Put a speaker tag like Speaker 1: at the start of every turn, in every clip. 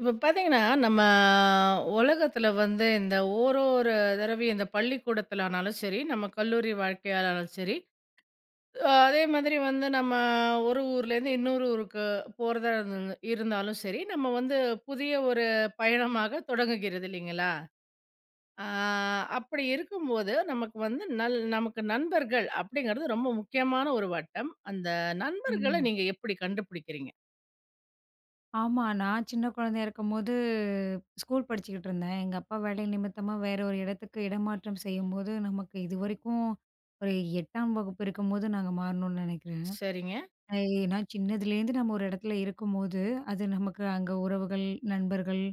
Speaker 1: இப்ப பார்த்தீங்கன்னா, நம்ம உலகத்துல வந்து இந்த ஓரொரு தடவையும் இந்த பள்ளிக்கூடத்துல ஆனாலும் சரி, நம்ம கல்லூரி வாழ்க்கையானாலும் சரி, அதே மாதிரி வந்து நம்ம ஒரு ஊர்லேருந்து இன்னொரு ஊருக்கு போறதா இருந்தது இருந்தாலும் சரி, நம்ம வந்து புதிய ஒரு பயணமாக தொடங்குகிறது இல்லைங்களா? ஆ, அப்படி இருக்கும்போது நமக்கு வந்து நமக்கு நண்பர்கள் அப்படிங்கிறது ரொம்ப முக்கியமான ஒரு வட்டம். அந்த நண்பர்கள
Speaker 2: ம்.
Speaker 1: நீங்க எப்படி கண்டுபிடிக்கிறீங்க?
Speaker 2: ஆமா. நான் சின்ன குழந்தையா இருக்கும்போது, ஸ்கூல் படிச்சுக்கிட்டு இருந்தேன். எங்க அப்பா வேலை நிமித்தமா வேற ஒரு இடத்துக்கு இடமாற்றம் செய்யும்போது, நமக்கு இதுவரைக்கும் ஒரு 8ஆம் வகுப்பு இருக்கும்போது நாங்க மாறுனோம்னு நெனைக்கிறேன்.
Speaker 1: சரிங்க.
Speaker 2: அ ஏன்னா சின்னதுலேருந்து நம்ம ஒரு இடத்துல இருக்கும்போது, அது நமக்கு அங்க உறவுகள், நண்பர்கள்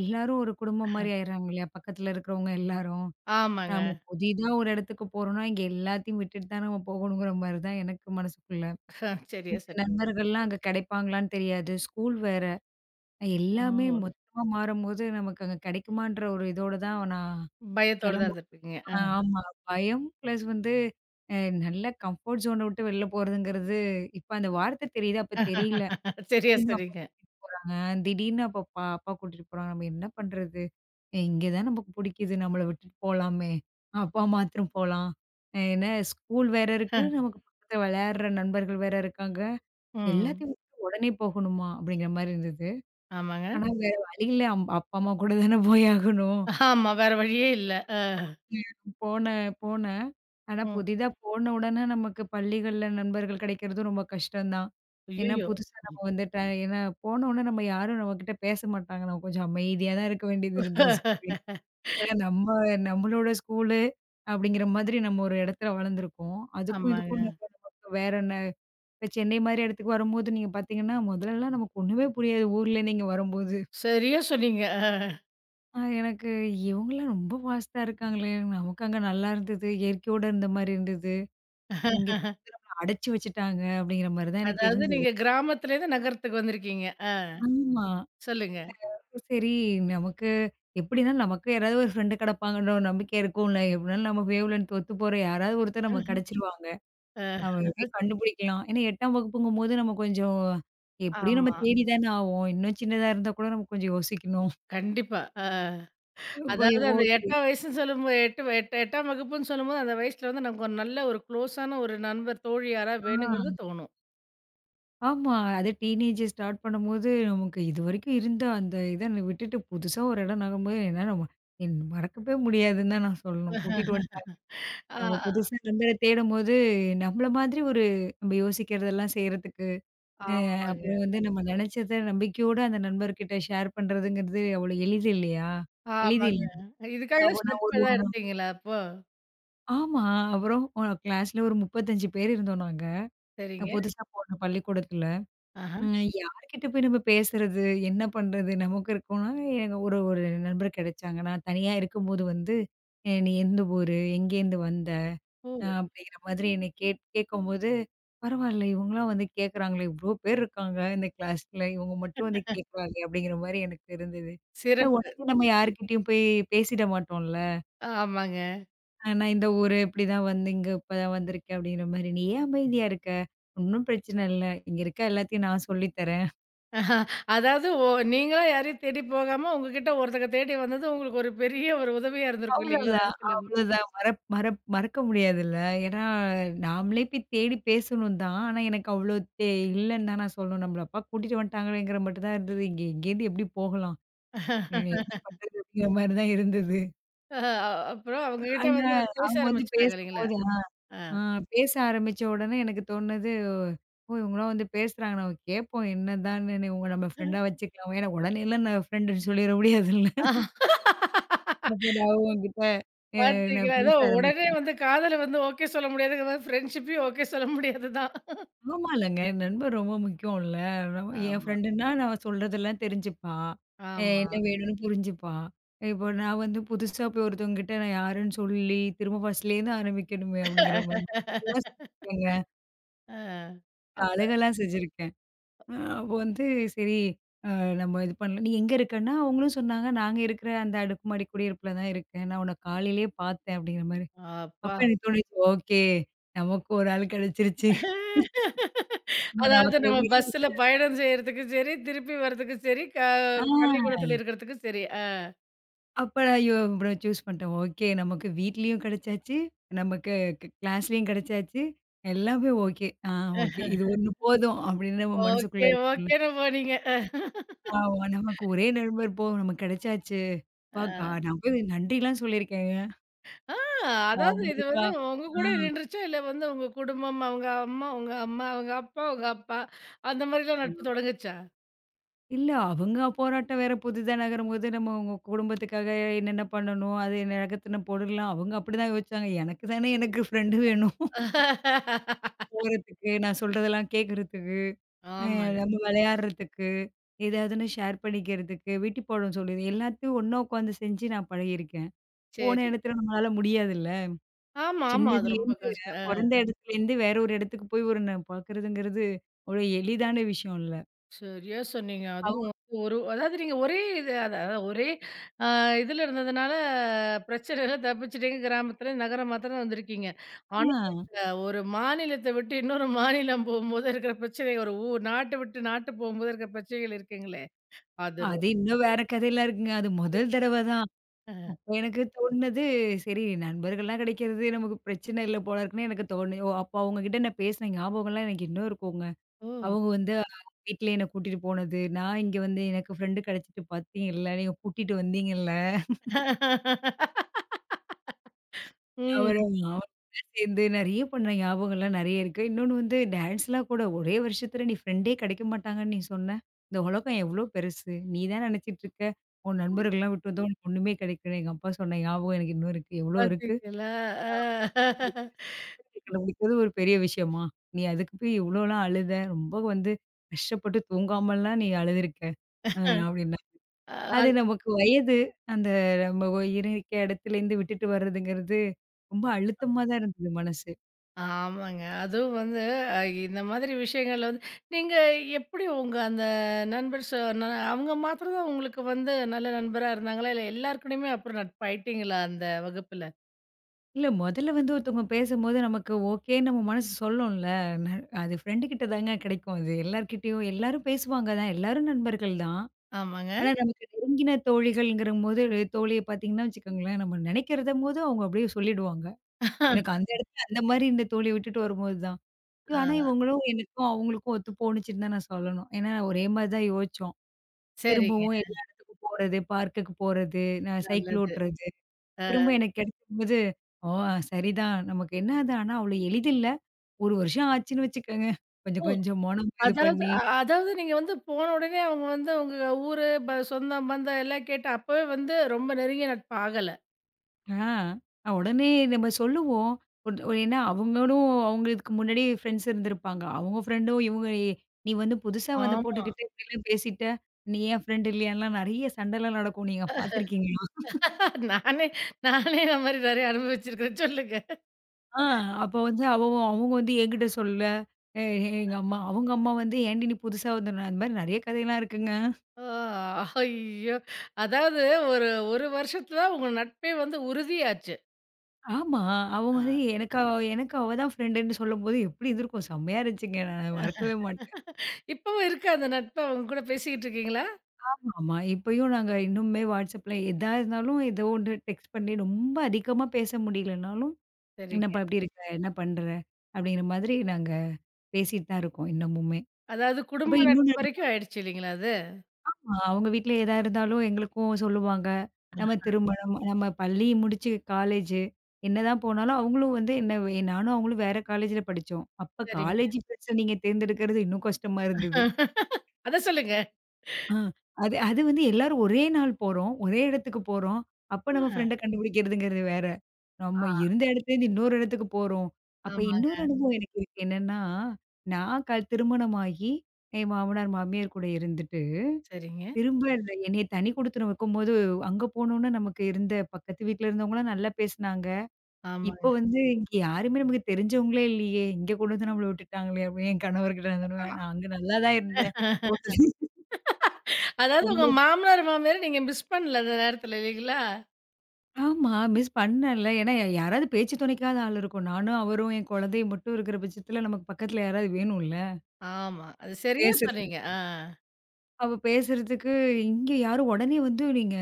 Speaker 2: எல்லாரும் ஒரு குடும்பம் மாரி ஆயிடுறாங்க இல்லையா? பக்கத்துல இருக்கிறவங்க எல்லாரும்.
Speaker 1: ஆமாங்க.
Speaker 2: நாம புதிதா ஒரு இடத்துக்கு போறோம்னா, இங்க எல்லாத்தையும் விட்டுட்டு தான் நம்ம போகணுங்கிற மாரி தான் எனக்கு மனசுக்குள்ள.
Speaker 1: சரியா
Speaker 2: இந்த
Speaker 1: சொன்னீங்க.
Speaker 2: நண்பர்கள்லாம் அங்க கிடைப்பாங்களான்னு தெரியாது. ஸ்கூல் வேற. எல்லாமே
Speaker 1: ஓ!
Speaker 2: மொத்தமா மாறும்போது, நமக்கு அங்க கிடைக்குமான்ற ஒரு இதோட தான் நான்
Speaker 1: பயத்தோட தான்
Speaker 2: கிளம்பு
Speaker 1: இருந்திருப்பீங்க. ஆ,
Speaker 2: ஆ ஆமா. பயம் பிளஸ் வந்து அ நல்ல கம்ஃபோர்ட் ஜோன விட்டு வெளில போறதுங்கிறது, இப்ப அந்த வார்த்தை தெரியுது. அப்ப தெரியல.
Speaker 1: சரியா
Speaker 2: திடீர்னு அப்ப
Speaker 1: சொன்னீங்க.
Speaker 2: ஆ திடீர்னு அப்ப அப்பா கூட்டிட்டு போறாங்க. நம்ம என்ன பண்றது? இங்க தான் நமக்கு புடிக்குது. நம்மள விட்டுட்டு போலாமே! அப்பா மாத்திரம் போலாம். என்ன ஸ்கூல் வேற இருக்கு. நமக்கு பக்கத்துல விளையாடுற நண்பர்கள் வேற இருக்காங்க.
Speaker 1: ம்.
Speaker 2: எல்லாத்தையும் விட்டுட்டு உடனே போகணுமா? அப்படிங்கிற மாரி இருந்தது.
Speaker 1: ஆமாங்க.
Speaker 2: ஆனா வேற வழி இல்ல. அப்பா, அம்மா கூட தானே போய் ஆகணும்.
Speaker 1: ஆமா. வேற வழியே இல்ல. அ.
Speaker 2: ம். போனேன் போனேன். ஆனா
Speaker 1: ம்.
Speaker 2: புதிதா போன உடனே நமக்கு பள்ளிகள்ல நண்பர்கள் கிடைக்கிறதும் ரொம்ப கஷ்டம் தான். ஏன்னா
Speaker 1: ஐயய்யோ!
Speaker 2: புதுசா நம்ம வந்துட்ட ஏன்னா போன உடனே நம்ம யாரும் நம்மகிட்ட பேச மாட்டாங்க. நம்ம கொஞ்சம் அமைதியா தான் இருக்க வேண்டியது இருந்தது ஸ்கூல்ல. ஏன்னா நம்ம நம்மளோட ஸ்கூலு அப்படிங்கிற மாதிரி நம்ம ஒரு இடத்துல வளர்ந்துருக்கோம். அதுக்கும்
Speaker 1: ஆமாங்க.
Speaker 2: இதுக்கும் நம்ம நமக்கு வேற என்ன. இப்ப சென்னை மாரி இடத்துக்கு வரும்போது நீங்க பார்த்தீங்கன்னா, முதல்லலாம் நமக்கு ஒண்ணுமே புரியாது ஊர்லேருந்து இங்க வரும்போது.
Speaker 1: சரியா சொன்னீங்க. அ.
Speaker 2: எனக்கு இவங்கலாம் ரொம்ப ஃபாஸ்ட்டா இருக்காங்களே! நமக்கு அங்க நல்லா இருந்தது. இயற்கையோட இருந்த மாரி இருந்தது. இங்க கொண்டு நம்மள அடைச்சு வச்சுட்டாங்க அப்படிங்கிற மாரி தான் எனக்கு
Speaker 1: அதாவது
Speaker 2: இருந்தது.
Speaker 1: நீங்க கிராமத்துலேருந்து நகரத்துக்கு வந்திருக்கீங்க.
Speaker 2: ஆமா.
Speaker 1: சொல்லுங்க.
Speaker 2: சரி, நமக்கு எப்படின்னா நமக்கு யாராவது ஒரு ஃப்ரெண்டு கிடைப்பாங்கன்ற ஒரு நம்பிக்கை இருக்கும்ல. எப்படினாலும் நம்ம வேவ் லென்த் ஒத்து போற யாராவது ஒருத்தர் நமக்கு கிடைச்சிருவாங்க.
Speaker 1: அ,
Speaker 2: நம்ம எப்படியும் கண்டுபிடிக்கலாம். ஏன்னா 8ஆம் வகுப்புங்கும்போது நம்ம கொஞ்சம் எப்படியும் நம்ம
Speaker 1: ஆமா.
Speaker 2: தேடி தானே ஆவோம். இன்னும் சின்னதா இருந்தா கூட நம்ம கொஞ்சம் யோசிக்கணும்.
Speaker 1: கண்டிப்பா. அ. அதாவது அந்த
Speaker 2: ஓகே.
Speaker 1: 8ஆம் வயசுன்னு சொல்லும்போது, எட்டு எட் 8ஆம் வகுப்புன்னு சொல்லும்போது, அந்த வயசுல வந்து நமக்கு ஒரு நல்ல ஒரு க்ளோஸான ஒரு நண்பர், தோழி யாரா வேணுங்கிறது
Speaker 2: ஆ.
Speaker 1: தோணும்.
Speaker 2: ஆமா. அது டீனேஜ் ஸ்டார்ட் பண்ணும்போது, நமக்கு இதுவரைக்கும் இருந்த அந்த இத விட்டுட்டு புதுசா ஒரு இடம் நகரும்போது, என்னா நம்ம என் மறக்கவே முடியாதுன்னு தான் நான் சொல்லணும். கூட்டிட்டு வந்துட்டாங்க.
Speaker 1: ஆ,
Speaker 2: நம்ம புதுசா நண்பர தேடும்போது, நம்மள மாதிரி ஒரு நம்ம யோசிக்கிறதெல்லாம் செய்றதுக்கு, அ
Speaker 1: ஆமாங்க.
Speaker 2: அப்புறம் வந்து நம்ம நினைச்சத நம்பிக்கையோட அந்த நண்பர்கிட்ட ஷேர் பண்றதுங்கிறது அவ்வளோ எளிது இல்லையா? எளிது
Speaker 1: ஆமாங்க.
Speaker 2: இல்ல.
Speaker 1: இதுக்காக
Speaker 2: அப்போ நான்
Speaker 1: ஸ்டெப்
Speaker 2: ஒரு
Speaker 1: எதா
Speaker 2: வாரம்
Speaker 1: எடுத்தீங்களா அப்போ?
Speaker 2: ஆமா. அப்புறம் கிளாஸ்ல ஒரு 35 பேர் இருந்தோம் நாங்க.
Speaker 1: சரிங்க.
Speaker 2: புதுசா போன பள்ளிக்கூடத்துல.
Speaker 1: ஆஹா.
Speaker 2: ம். யார்கிட்ட போய் நம்ம பேசுறது? என்ன பண்றது? நமக்கு இருக்கோம்னா, எனக்கு ஒரு ஒரு நண்பர் கிடைச்சாங்க. நான் தனியா இருக்கும்போது வந்து, நீ எந்த ஊரு? எங்கேருந்து வந்த?"
Speaker 1: ஓ!
Speaker 2: அப்படிங்கிற மாதிரி என்னை கேட்கும்போது, பரவாயில்ல இவங்கலாம் வந்து கேட்குறாங்களே, இவ்ளோ பேர் இருக்காங்க இந்த கிளாஸ்ல. இவங்க மட்டும் வந்து கேட்குறாங்களே அப்படிங்கிற மாரி எனக்கு இருந்தது. ஏன்னா,
Speaker 1: சிறப்பு.
Speaker 2: உடனே நம்ம
Speaker 1: சிறப்பு.
Speaker 2: யார்கிட்டயும் போய் பேசிட மாட்டோம்ல.
Speaker 1: ஆமாங்க.
Speaker 2: நான் இந்த ஊரு இப்படிதான் வந்து இங்க இப்பதான் வந்திருக்கேன் அப்படிங்கிற மாரி. "நீ ஏன் அமைதியா இருக்க? ஒண்ணும் பிரச்சனை இல்ல. இங்க இருக்க எல்லாத்தையும் நான் சொல்லித் தரேன்."
Speaker 1: அதாவது ஒ நீங்களா யாரையும் தேடி போகாம, உங்ககிட்ட ஒருத்தங்க தேடி வந்தது உங்களுக்கு ஒரு பெரிய ஒரு உதவியா இருந்திருக்கும் இல்லீங்களா? அந்த
Speaker 2: அவ்வளோதான்,
Speaker 1: இடத்துல.
Speaker 2: அவ்வளோதான். மறப் மறப் மறக்க முடியாதுல்ல. ஏன்னா, நாமளே போய் தேடி பேசணும் தான். ஆனா, எனக்கு அவ்வளோ தே இல்லன்னு தான் நான் சொல்லணும். நம்மள அப்பா கூட்டிட்டு வந்துட்டாங்களேங்கிற மட்டும் தான் இருந்தது. இங்க எங்கேருந்து எப்படி போகலாம்? இங்க என்ன பண்றது? அப்படிங்கிற மாரி தான் இருந்தது.
Speaker 1: அ அப்புறம் அவங்ககிட்ட
Speaker 2: ஆனா,
Speaker 1: வந்து பேச
Speaker 2: அவங்க வந்து
Speaker 1: ஆரம்பிச்சுட்டாங்க இல்லீங்களா?
Speaker 2: பேசும்போது
Speaker 1: ஆ.
Speaker 2: ஆ பேச ஆரம்பிச்ச உடனே எனக்கு தோணுனது, "ஓ! இவங்கலாம் வந்து பேசுறாங்க. நம்ம கேட்போம் என்னதான்னு. இவங்க நம்ம ஃப்ரெண்டா வச்சுக்கலாம். ஏன்னா, உடனேலாம் நான் ஃப்ரெண்டுன்னு சொல்லிற முடியாதுல்ல." அப்ப நான் அவங்ககிட்ட அ நான்
Speaker 1: பார்த்தீங்களா?
Speaker 2: பேச
Speaker 1: ஏதோ உடனே
Speaker 2: ஆரம்பிச்சேன்.
Speaker 1: வந்து காதல வந்து ஓகே சொல்ல முடியாதுங்க மாரி ஃப்ரெண்ட்ஷிப்பையும் ஓகே சொல்ல முடியாது தான்.
Speaker 2: ஆமா இல்லங்க. நண்பர் ரொம்ப முக்கியம்ல. நம்ம என்
Speaker 1: ஆமா.
Speaker 2: ஃப்ரெண்டுன்னா நான் சொல்றதெல்லாம் தெரிஞ்சுப்பான்.
Speaker 1: ஆமா.
Speaker 2: என்ன வேணும்னு புரிஞ்சுப்பான். இப்போ நான் வந்து புதுசா போய் ஒருத்தவங்ககிட்ட நான் யாருன்னு சொல்லி, திரும்ப ஃபர்ஸ்ட்லேருந்து ஆரம்பிக்கணுமே அப்படிங்கிற மாதிரி எல்லாம் செஞ்சிருக்கேங்க.
Speaker 1: ஆ.
Speaker 2: அழுகலாம் செஞ்சிருக்கேன். அ அப்போ வந்து சரி அ நம்ம இது பண்ணலாம். "நீ எங்க இருக்கன்னா?" அவங்களும் சொன்னாங்க. "நாங்க இருக்கிற அந்த அடுக்குமாடி குடியிருப்புல தான் இருக்கேன். நான் உன்ன காலையிலேயே பார்த்தேன்." அப்படிங்கிற மாரி. அப்ப
Speaker 1: அப்பா!
Speaker 2: எனக்கு தோணுச்சு, "ஓகே. நமக்கு ஒரு ஆள் கிடைச்சிருச்சு." ஒரு
Speaker 1: அதாவது நம்ம
Speaker 2: பெரிய
Speaker 1: பஸ்ல
Speaker 2: விஷயம்.
Speaker 1: பயணம் செய்றதுக்கும் சரி, திருப்பி வர்றதுக்கும் சரி,
Speaker 2: ஆ.
Speaker 1: பள்ளிக்கூடத்துல இருக்கிறதுக்கும் சரி. அ,
Speaker 2: அப்ப நான் ஐயோ! இவ்ளோ சூஸ் பண்ணிட்டேன். ஓகே. நமக்கு வீட்லயும் கிடைச்சாச்சு. நமக்கு க் கிளாஸ்லயும் கிடைச்சாச்சு. எல்லாமே ஓகே. ஓகே. இது ஒண்ணு போதும் அப்படின்னு நம்ம
Speaker 1: ஓகே,
Speaker 2: மனசுக்குள்ள இருக்கும்ல.
Speaker 1: ஓகேன்னு போனீங்க. அ.
Speaker 2: ஆமா. நமக்கு ஒரே நண்பர் போ நமக்கு கிடைச்சாச்சு. அப்பா கா நான் போய் நன்றிலாம் சொல்லியிருக்கேங்க.
Speaker 1: ஆ. ஆ,
Speaker 2: ஆ
Speaker 1: அதாவது இது
Speaker 2: முருகா.
Speaker 1: வந்து உங்க
Speaker 2: ஆ.
Speaker 1: கூட நின்றுச்சா? இல்ல வந்து உங்க குடும்பம், அவங்க அம்மா, உங்க அம்மா, அவங்க அப்பா, உங்க அப்பா அந்த மாரிலாம் நட்பு தொடங்குச்சா?
Speaker 2: இல்ல அவங்க போராட்டம் வேற புதிதா நகரும்போது நம்ம உங்க குடும்பத்துக்காக என்னென்ன பண்ணணும்? அது நகர்த்தின பொருள்லாம் அவங்க அப்படிதான் யோசிச்சாங்க. எனக்கு தானே எனக்கு ஃப்ரெண்டு வேணும் போறதுக்கு. நான் சொல்றதெல்லாம் கேட்கறதுக்கு. அ
Speaker 1: ஆமாங்க.
Speaker 2: நம்ம விளையாடுறதுக்கு, ஏதாவதுன்னு ஷேர் பண்ணிக்கிறதுக்கு, வீட்டு பாடம் சொல்லுது. எல்லாத்தையும் ஒண்ணா உட்காந்து செஞ்சு நான் பழகியிருக்கேன். போன இடத்துல
Speaker 1: சரிங்க.
Speaker 2: நம்மளால முடியாதுல்ல.
Speaker 1: ஆமா, ஆமா. அது ரொம்ப
Speaker 2: சின்னதுலேருந்து
Speaker 1: கஷ்டம்.
Speaker 2: பொறந்த இடத்துலேருந்து வேற ஒரு இடத்துக்கு போய் ஒரு ந பார்க்குறதுங்கிறது அவ்வளோ எளிதான விஷயம் இல்ல.
Speaker 1: சரியா சொன்னீங்க. அதுவும்
Speaker 2: அவங்க
Speaker 1: வந்து ஒரு அதாவது நீங்க ஒரே இது அதாவது ஒரே அ இதுல இருந்ததுனால பிரச்சனையில தப்பிச்சுட்டீங்க. கிராமத்துல இருந்து நகரம் மாத்திரம் வந்திருக்கீங்க. ஆனா
Speaker 2: ஆ
Speaker 1: இந்த ஒரு மாநிலத்த விட்டு இன்னொரு மாநிலம் போகும்போது இருக்கிற பிரச்சனை, ஒரு ஊ நாட்ட விட்டு நாட்டு போகும்போது இருக்கிற பிரச்சனைகள் இருக்குங்களே, அது ரொ
Speaker 2: அது இன்னும் வேற கதையெல்லாம் இருக்குங்க. அது முதல் தடவ தான். அப்ப எனக்கு தோணுனது, சரி நண்பர்கள்லாம் கிடைக்கிறது நமக்கு பிரச்சனை இல்ல போல இருக்குன்னு எனக்கு ஓ! அப்போ அவங்க கிட்ட நான் பேசின ஞாபகம்லாம் எனக்கு இன்னும் இருக்குங்க.
Speaker 1: ஓ!
Speaker 2: அவங்க வந்து வீட்ல என்ன கூட்டிட்டு போனது. நான் இங்க வந்து எனக்கு ஃப்ரெண்ட் கிடைச்சிட்டு பார்த்தீங்கல்ல, நீங்க கூட்டிட்டு வந்தீங்கல்ல.
Speaker 1: ம்.
Speaker 2: அவரு அவரு கூட சேர்ந்து நெறைய பண்ண ஞாபகம்லாம் நெறைய இருக்கு. இன்னொன்னு வந்து டான்ஸ்லாம் கூட ஒரே வருஷத்துல நீ ஃப்ரெண்டே கிடைக்க மாட்டாங்கன்னு நீ சொன்ன. இந்த உலகம் எவ்ளோ பெருசு. நீ தான் நினைச்சிட்டு இருக்க. உன் நண்பர்கள்லாம் விட்டு வந்தா உனக்கு ஒண்ணுமே கிடைக்கல. எங்க அப்பா சொன்ன ஞாபகம் எனக்கு இன்னும் இருக்கு. எவ்ளோ இருக்கு.
Speaker 1: பாத்தீங்களா?
Speaker 2: கண்டுபிடிக்கிறது ஒரு பெரிய விஷயமா? நீ அதுக்கு போய் இவ்ளோலாம் அழுத. ரொம்ப வந்து கஷ்டப்பட்டு தூங்காமலாம் நீ அழுதுருக்க. அ அப்படின்னு.
Speaker 1: அ,
Speaker 2: அது நமக்கு வயது. அந்த நம்ம ஒ இருக்க இடத்துலேருந்து விட்டுட்டு வர்றதுங்கிறது, ரொம்ப அழுத்தமா தான் இருந்தது மனசு.
Speaker 1: ஆமாங்க. அதுவும் வந்து அ இந்த மாதிரி விஷயங்கள்ல வந்து நீங்க எப்படி உங்க அந்த நண்பர் சொ ந அவங்க மாத்திரம் தான் உங்களுக்கு வந்து நல்ல நண்பரா இருந்தாங்களா? இல்ல எல்லார்கூடயுமே அப்புறம் நட்பாயிட்டீங்களா அந்த வகுப்புல?
Speaker 2: இல்ல மொதல்ல வந்து ஒருத்தவங்க பேசும்போது நமக்கு ஓகேன்னு நம்ம மனசு சொல்லும்ல. ந அது ஃப்ரெண்டு கிட்ட தாங்க கிடைக்கும் அது. எல்லார்கிட்டயும் எல்லாரும் பேசுவாங்க தான். எல்லாரும் நண்பர்கள் தான்.
Speaker 1: ஆமாங்க.
Speaker 2: ஆனா நமக்கு நெருங்கின தோழிகள்ங்கிறம்போது தோழிய பார்த்தீங்கன்னா வச்சுக்கோங்களேன், நம்ம நினைக்கிறதம்போது அவங்க அப்படியே சொல்லிடுவாங்க. எனக்கு அந்த இடத்துல அந்த மாரி இந்த தோழிய விட்டுட்டு வரும்போது தான். ஐயோ,
Speaker 1: ஆ,
Speaker 2: ஆனா இவங்களும் எனக்கும் அவங்களுக்கும் ஒத்து போணுச்சுன்னு தான் நான் சொல்லணும். ஏன்னா ஒரே மாரி தான் யோசிச்சோம்.
Speaker 1: சரிங்க.
Speaker 2: திரும்பவும் எல்லா இடத்துக்கும் போறது, பார்க்குக்கு போறது, நான் சைக்கிள்
Speaker 1: நல்லது.
Speaker 2: ஓட்டுறது.
Speaker 1: அ,
Speaker 2: திரும்ப எனக்கு கிடைக்கும்போது, ஓ! சரிதான். நமக்கு என்ன அது ஆனா அவ்வளோ எளிதில்ல. 1 வருஷம் ஆச்சுன்னு வச்சுக்கோங்க.
Speaker 1: ஓ!
Speaker 2: கொஞ்சம் கொஞ்சமா நம்ம இது
Speaker 1: அதாவது
Speaker 2: பண்ணி
Speaker 1: அதாவது நீங்க வந்து போன உடனே அவங்க வந்து உங்க ஊரு, சொந்தம், பந்தம் எல்லாம் கேட்டு அப்பவே வந்து ரொம்ப நெருங்கிய நட்பு ஆகல.
Speaker 2: ஆ உடனே நம்ம சொல்லுவோம். ஒன் ஏன்னா அவங்களும் அவங்களுக்கு முன்னாடி ஃப்ரெண்ட்ஸ் இருந்திருப்பாங்க. அவங்க ஃப்ரெண்டும் "நீ வந்து புதுசா வந்த
Speaker 1: ஆமா.
Speaker 2: பொண்ணுகிட்ட இப்படிலாம் பேசிட்ட, நீ ஏன் ஃப்ரெண்ட் இல்லையான்லாம்" நெறைய சண்டைலாம் நடக்கும். நீங்க பார்த்துருக்கீங்க.
Speaker 1: நானே நானே இந்த மாரி நெறைய அனுபவிச்சிருக்கேன். சொல்லுங்க.
Speaker 2: ஆ அப்ப வந்து அவங்க வந்து என்கிட்ட சொல்ல, எ எ- எங்க அம்மா, அவங்க அம்மா வந்து "ஏன்டி நீ புதுசா வந்தன?" அந்த மாரி நெறைய கதையெல்லாம் இருக்குங்க.
Speaker 1: ஆ, ஐயோ! அதாவது ஒரு 1 வருஷத்துல உங்க நட்பே வந்து உறுதியாச்சு.
Speaker 2: ஆமா. அவங்க
Speaker 1: ஆ.
Speaker 2: வந்து எனக்கு அவ தான் ஃப்ரெண்டுன்னு சொல்லும்போது எப்படி இருந்திருக்கும்? செம்மையா இருந்துச்சுங்க. நான் மறக்கவே மாட்டேன்.
Speaker 1: இப்பவும் இருக்கா அந்த நட்பு? அவங்க கூட பேசிக்கிட்டு இருக்கீங்களா?
Speaker 2: ஆமாமா. இப்பயும் நாங்க இன்னுமே WhatsAppல எதா இருந்தாலும் ஏதோ ஒண்ணு டெக்ஸ்ட் பண்ணி ரொம்ப அதிகமா பேச முடியலனாலும்,
Speaker 1: சரிங்க.
Speaker 2: "என்னப்பா எப்படி இருக்க? என்ன பண்ற?" அப்படிங்கிற மாதிரி நாங்க பேசிட்டு தான் இருக்கோம் இன்னமுமே.
Speaker 1: அதாவது
Speaker 2: அப்ப
Speaker 1: குடும்ப நட்பு
Speaker 2: இன்னொன்னு
Speaker 1: வரைக்கும் ஆயிடுச்சு இல்லைங்களா அது?
Speaker 2: அவங்க வீட்ல எதா இருந்தாலும் எங்களுக்கும் சொல்லுவாங்க. நம்ம திருமணம், நம்ம பள்ளி முடிச்சு காலேஜு. என்னதான் போனாலும் அவங்களும் வந்து என்ன நானும் அவங்களும் வேற காலேஜ்ல படிச்சோம். அப்ப
Speaker 1: சரிங்க.
Speaker 2: காலேஜ் ஃப்ரெண்ட்ஸ நீங்க தேர்ந்தெடுக்கிறது இன்னும் கஷ்டமா இருந்தது.
Speaker 1: அத சொல்லுங்க.
Speaker 2: ஆ அது அது வந்து எல்லாரும் ஒரே நாள் போறோம். ஒரே இடத்துக்கு போறோம். அப்ப நம்ம
Speaker 1: ஆ.
Speaker 2: ஃப்ரெண்ட கண்டுபிடிக்கிறதுங்கிறது வேற.
Speaker 1: ஆ,
Speaker 2: நம்ம இருந்த இடத்துலேருந்து இன்னொரு இடத்துக்கு போறோம். அப்ப இன்னொரு
Speaker 1: ஆமாங்க.
Speaker 2: அனுபவம் எனக்கு இருக்கு என்னன்னா, நான் திருமணமாகி என் மாமனார், மாமியார் கூட இருந்துட்டு
Speaker 1: சரிங்க.
Speaker 2: திரும்ப இந்த என்னைய தனி குடித்தனம் வைக்கும்போது, அங்க போனோனே நமக்கு இருந்த பக்கத்து வீட்ல இருந்தவங்கலாம் நல்லா பேசுனாங்க. இப்ப
Speaker 1: ஆமாங்க.
Speaker 2: வந்து இங்க யாருமே நமக்கு தெரிஞ்சவங்களே இல்லையே! இங்க கொண்டு வந்து நம்மள விட்டுட்டாங்களே! அப்படின்னு என் கணவர்கிட்ட நான் சொல்லுவேன். நான் அங்க நல்லா தான் இருந்தேன்.
Speaker 1: அதாவது உங்க மாமனார், மாமியார நீங்க மிஸ் பண்ணல அந்த நேரத்துல இல்லைங்களா?
Speaker 2: ஆமா. மிஸ் பண்ணல. ஏன்னா யாராவது பேச்சு துணைக்காவது ஆள் இருக்கும். நானும், அவரும் என் குழந்தையும் மட்டும் இருக்கிற பட்சத்தில நமக்கு பக்கத்துல யாராவது வேணும்ல,
Speaker 1: ஆமா. அது சரியா சொன்னீங்க.
Speaker 2: பேசுறதுக்கு.
Speaker 1: ஆ.
Speaker 2: அப்ப பேசுறதுக்கு இங்க யாரும் உடனே வந்து நீங்க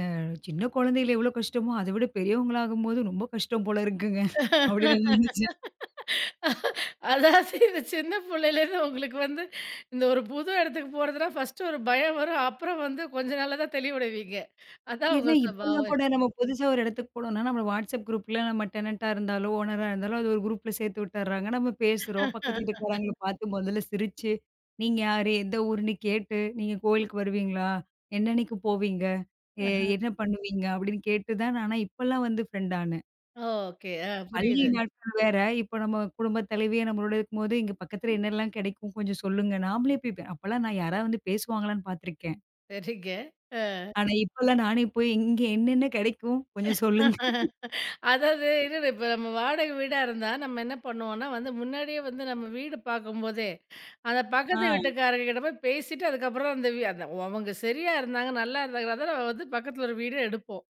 Speaker 2: சின்ன குழந்தையில எவ்வளோ கஷ்டமோ, அத விட பெரியவங்களாகும்போது ரொம்ப கஷ்டம் போல இருக்குங்க. அப்படின்னு நான் நினைச்சேன்.
Speaker 1: அதாவது இந்த சின்ன பிள்ளையிலேருந்து உங்களுக்கு வந்து இந்த ஒரு புது இடத்துக்கு போறதுனா ஃபர்ஸ்ட் ஒரு பயம் வரும். அப்புறம் வந்து கொஞ்ச நாள்ல தான் தெளிவடைவீங்க. அதான்
Speaker 2: ஏன்னா
Speaker 1: உங்க
Speaker 2: இப்பல்லாம்
Speaker 1: சபாவம்.
Speaker 2: கூட நம்ம புதுசா ஒரு இடத்துக்கு போனோம்னா, நம்ம வாட்ஸ்அப் குரூப்ல நம்ம டெனன்ட்டா இருந்தாலோ, ஓனரா இருந்தாலோ, அது ஒரு குரூப்ல சேர்த்து விட்டுர்றாங்க. நம்ம பேசுறோம். பக்கத்து வீட்டுக்காரங்கள பார்த்து முதல்ல சிரிச்சு, "நீங்க யாரு? எந்த ஊருன்னு?" கேட்டு, "நீங்க கோயிலுக்கு வருவீங்களா? என்னன்னைக்கு போவீங்க? எ என்ன பண்ணுவீங்க?" அப்படின்னு கேட்டு தான் ஆனா இப்பல்லாம் வந்து ஃப்ரெண்ட் ஆனேன்.
Speaker 1: ஓகே. ஆ,
Speaker 2: பள்ளி
Speaker 1: புரியுது.
Speaker 2: நாட்கள் வேற. இப்ப நம்ம குடும்பத் தலைவியே நம்மளோட இருக்கும்போது, "இங்க பக்கத்துல என்னெல்லாம் கிடைக்கும்? கொஞ்சம் சொல்லுங்க." நாமளே போய் அப்பல்லாம் நான் யாராவது வந்து பேசுவாங்களான்னு பார்த்துருக்கேன்.
Speaker 1: சரிங்க. அ.
Speaker 2: ஆனா இப்பல்லாம் நானே போய், "இங்க என்னென்ன கிடைக்கும்? கொஞ்சம் சொல்லுங்க."
Speaker 1: அதாவது என்னது இப்ப நம்ம வாடகை வீடா இருந்தா நம்ம என்ன பண்ணுவோம்னா வந்து முன்னாடியே வந்து நம்ம வீடு பார்க்கும்போதே, அந்த
Speaker 2: ஆ.
Speaker 1: பக்கத்து வீட்டுக்காரங்ககிட்ட போய் பேசிட்டு அதுக்கப்புறம் அந்த அவங்க சரியா இருந்தாங்க, நல்லா இருந்தாங்கன்னா தான் நம்ம வந்து பக்கத்துல ஒரு வீடு எடுப்போம்.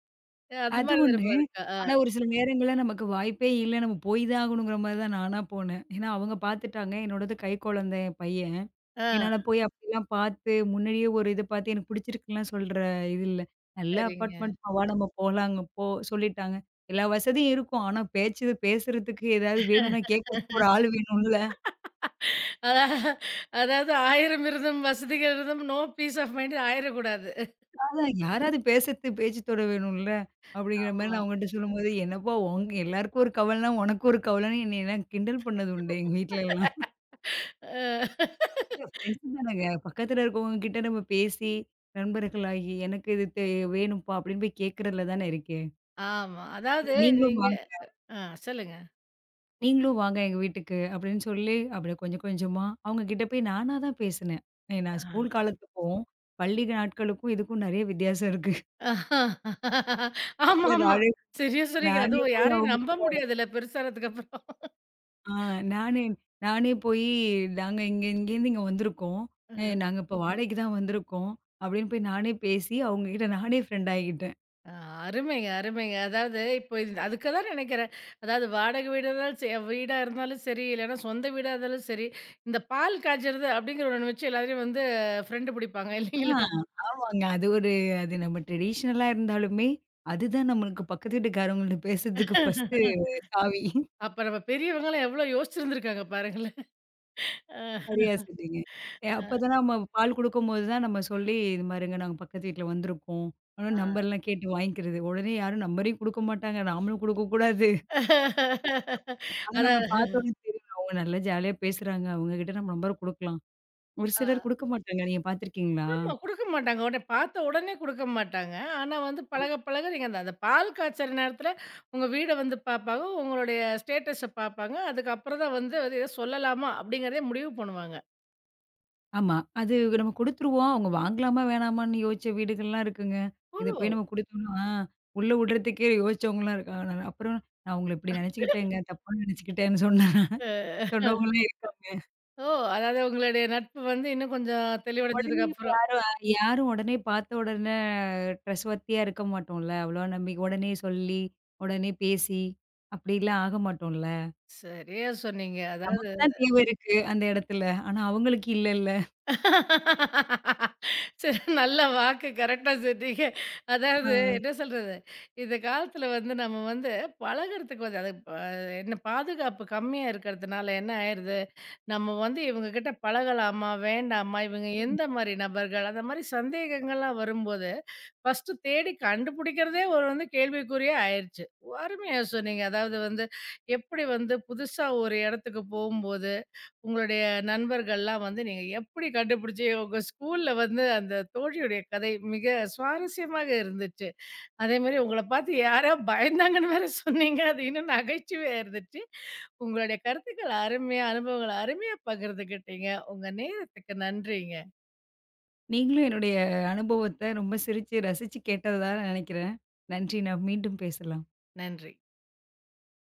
Speaker 1: அஹ், அந்த
Speaker 2: அது
Speaker 1: மாதிரி
Speaker 2: ஒண்ணு.
Speaker 1: திரும்ப இருக்கா? ஆ.
Speaker 2: ஆனா ஒரு சில நேரங்கள்ல நமக்கு வாய்ப்பே இல்ல. நம்ம போய் தான் ஆகணுங்கிற மாரி தான் நானா போனேன். ஏன்னா அவங்க பாத்துட்டாங்க. என்னோடது கை குழந்தை என் பையன்.
Speaker 1: ஆ,
Speaker 2: என்னால போய் அப்படிலாம் பாத்து, முன்னாடியே ஒரு இது பாத்து எனக்கு பிடிச்சிருக்குன்லாம் சொல்ற இது இல்ல. நல்ல
Speaker 1: சரிங்க.
Speaker 2: அப்பார்ட்மெண்ட்‌மா வா நம்ம போலாங்க போ சொல்லிட்டாங்க. எல்லா வசதியும் இருக்கும். ஆனா பேச்சு பேசுறதுக்கு ஏதாவது வேணும்னா கேட்கறதுக்கு ஒரு ஆள் வேணும்ல.
Speaker 1: அதா அதாவது 1000 இருந்தும் வசதிகள் இருந்தும் நோ பீஸ் ஆஃப் மைண்ட் ஆயிரக்கூடாது.
Speaker 2: அதான் யாராவது பேசுறதுக்கு பேச்சு துணை வேணும்ல. அப்படிங்கிற மாரி
Speaker 1: ஆமா.
Speaker 2: நான் அவங்ககிட்ட சொல்லும்போது, என்னப்பா உங்க எல்லாருக்கும் ஒரு கவலைன்னா, உனக்கு ஒரு கவலைன்னு என்னையலாம் கிண்டல் பண்ணது உண்டு எங்க வீட்லலாம்.
Speaker 1: அ,
Speaker 2: இல்ல ஃப்ரெண்ட்ஸ் தானங்க. பக்கத்துல இருக்கவங்க கிட்ட நம்ம பேசி, நண்பர்களாகி, "எனக்கு இது வேணும்ப்பா" அப்படின்னு போய் கேட்கறதுல தானே இருக்கே.
Speaker 1: ஆமா. அதாவது
Speaker 2: "நீங்களும்
Speaker 1: நீங்க
Speaker 2: வாங்க
Speaker 1: ஆ, சொல்லுங்க.
Speaker 2: நீங்களும் வாங்க எங்க வீட்டுக்கு" அப்படின்னு சொல்லி, அப்படியே கொஞ்சம் கொஞ்சமா அவங்க கிட்ட போய் நானா தான் பேசினேன். ஏ நான் ஸ்கூல்
Speaker 1: ஆ.
Speaker 2: காலத்துக்கும், பள்ளி நாட்களுக்கும் இதுக்கும் நெறைய வித்தியாசம் இருக்கு.
Speaker 1: ஆமா,
Speaker 2: இப்பல
Speaker 1: ஆமா.
Speaker 2: நானே
Speaker 1: சரியா சொன்னீங்க.
Speaker 2: நானே
Speaker 1: அதுவும்
Speaker 2: போய்
Speaker 1: யாரையும்
Speaker 2: அவங்க
Speaker 1: நம்ப
Speaker 2: கிட்ட
Speaker 1: முடியாதுல்ல பெருசானதுக்கப்புறம்.
Speaker 2: ஆ நானே நானே போயி, "நாங்க இங்க இங்கேருந்து இங்க வந்திருக்கோம். நாங்க இப்ப வாடகைக்கு தான் வந்திருக்கோம்" அப்படின்னு போய் நானே பேசி, அவங்க கிட்ட நானே ஃப்ரெண்ட் ஆகிட்டேன்.
Speaker 1: ஆ, அருமைங்க, அருமைங்க. அதாவது இப்போ இது அதுக்கு தான் நினைக்கிறேன். அதாவது வாடகை வீடா இருந்தாலும் சரி வீடா இருந்தாலும் சரி, இல்லன்னா சொந்த வீடா இருந்தாலும் சரி, இந்த பால் காய்ச்சறது அப்படிங்கிற ஒண்ணு வச்சு எல்லாரையும் வந்து ஃப்ரெண்டு பிடிப்பாங்க
Speaker 2: ஆ,
Speaker 1: இல்லைங்களா?
Speaker 2: ஆமாங்க. அது ஒரு அது நம்ம ட்ரெடிஷ்னலா இருந்தாலுமே, அதுதான் நம்மளுக்கு பக்கத்து வீட்டுக்காரவங்கள்ட்ட பேசுறதுக்கு ஃபர்ஸ்ட்டு சாவி.
Speaker 1: அப்ப நம்ம பெரியவங்கலாம் எவ்ளோ யோசிச்சிருந்திருக்காங்க பாருங்களேன். அ.
Speaker 2: சரியா சொன்னீங்க. ஏ அப்பதான் நம்ம பால் குடுக்கும்போது தான் நம்ம சொல்லி, "இது மாரிங்க நாங்க பக்கத்து வீட்ல வந்திருக்கோம்." ஆனா
Speaker 1: ஆ.
Speaker 2: நம்பர்லாம் கேட்டு வாங்கிக்கிறது. உடனே யாரும் நம்பரையும் குடுக்க மாட்டாங்க. நாமளும் குடுக்கக்கூடாது. ஆனா
Speaker 1: அதா
Speaker 2: நம்மள பார்த்தோனே தெரியும். அவங்க நல்லா ஜாலியா பேசுறாங்க. அவங்க கிட்ட நம்ம நம்பர் குடுக்கலாம். ஒரு
Speaker 1: ஆ.
Speaker 2: சிலர் குடுக்க மாட்டாங்க. நீங்க பார்த்துருக்கீங்களா?
Speaker 1: ஆமா குடுக்க மாட்டாங்க. உடனே பார்த்த உடனே குடுக்க மாட்டாங்க. ஆனா வந்து பழக பழக நீங்க அந்த அந்த பால் காய்ச்சற நேரத்துல உங்க வீட வந்து பார்ப்பாங்க. உங்களுடைய ஸ்டேட்டஸ பார்ப்பாங்க. அதுக்கப்புறம் தான் வந்து அது எதோ சொல்லலாமா? அப்படிங்கிறதே முடிவு பண்ணுவாங்க.
Speaker 2: ஆமா. அது நம்ம குடுத்துருவோம். அவங்க வாங்கலாமா, வேணாமான்னு யோசிச்ச வீடுகள்லாம் இருக்குங்க.
Speaker 1: ஓ!
Speaker 2: இத போய் நம்ம குடுத்தோம்னா, உள்ள விடுறதுக்கே யோசிச்சவங்கலாம் இருக்காங்க. நான் அப்புறம் நான் உங்கள இப்படி நெனச்சுக்கிட்டேங்க. தப்பா நெனச்சுக்கிட்டேன்னு
Speaker 1: அ,
Speaker 2: சொன்னவங்கலாம் இருக்காங்க.
Speaker 1: ஓ! அதாவது உங்களுடைய நட்பு வந்து இன்னும் கொஞ்சம்
Speaker 2: உடனே
Speaker 1: தெளிவடைஞ்சதுக்கு
Speaker 2: இப்ப
Speaker 1: அப்புறம்.
Speaker 2: யாரும் யாரும் உடனே பார்த்த உடனே ட்ரஸ்ட்வர்த்தியா இருக்க மாட்டோம்ல. அவ்வளோ நம்பிக்கை உடனே சொல்லி, உடனே பேசி அப்படிலாம் ஆக மாட்டோம்ல.
Speaker 1: சரியா சொன்னீங்க. அதாவது
Speaker 2: நமக்கு தான் தேவை இருக்கு அந்த இடத்துல. ஆனா அவங்களுக்கு இல்லல்ல.
Speaker 1: சரி நல்ல வாக்கு கரெக்டா சொன்னீங்க. அதாவது என்ன சொல்றது, இந்த காலத்துல வந்து நம்ம வந்து பழகுறதுக்கு வந்து அது ப என்ன பாதுகாப்பு கம்மியா இருக்கிறதுனால என்ன ஆயிருது, நம்ம வந்து இவங்க கிட்ட பழகலாமா? வேண்டாமா? இவங்க எந்த
Speaker 2: ஆ.
Speaker 1: மாரி நபர்கள்? அந்த மாரி சந்தேகங்கள்லாம் வரும்போது, ஃபர்ஸ்ட்டு தேடி கண்டுபிடிக்கிறதே ஒரு வந்து கேள்விக்குறியா ஆயிருச்சு. அருமையா சொன்னீங்க. அதாவது வந்து எப்படி வந்து புதுசா ஒரு இடத்துக்கு போகும்போது உங்களுடைய நண்பர்கள்லாம் வந்து நீங்க எப்படி கண்டுபிடிச்சு உங்க ஸ்கூல்ல வந்து அந்த தோழியுடைய கதை மிக சுவாரஸ்யமாக இருந்துச்சு. அதே மாரி உங்கள பார்த்து யாரோ பயந்தாங்கன்னு வேற சொன்னீங்க. அது இன்னும் நகைச்சுவையா இருந்துச்சு. உங்களுடைய கருத்துக்கள் அருமையா, அனுபவங்கள அருமையா பகிர்ந்துக்கிட்டீங்க. உங்க நேரத்துக்கு நன்றிங்க.
Speaker 2: நீங்களும் என்னுடைய அனுபவத்த ரொம்ப சிரிச்சு ரசிச்சு கேட்டதா நெனைக்கிறேன். நன்றி. நாம் மீண்டும் பேசலாம்.
Speaker 1: நன்றி.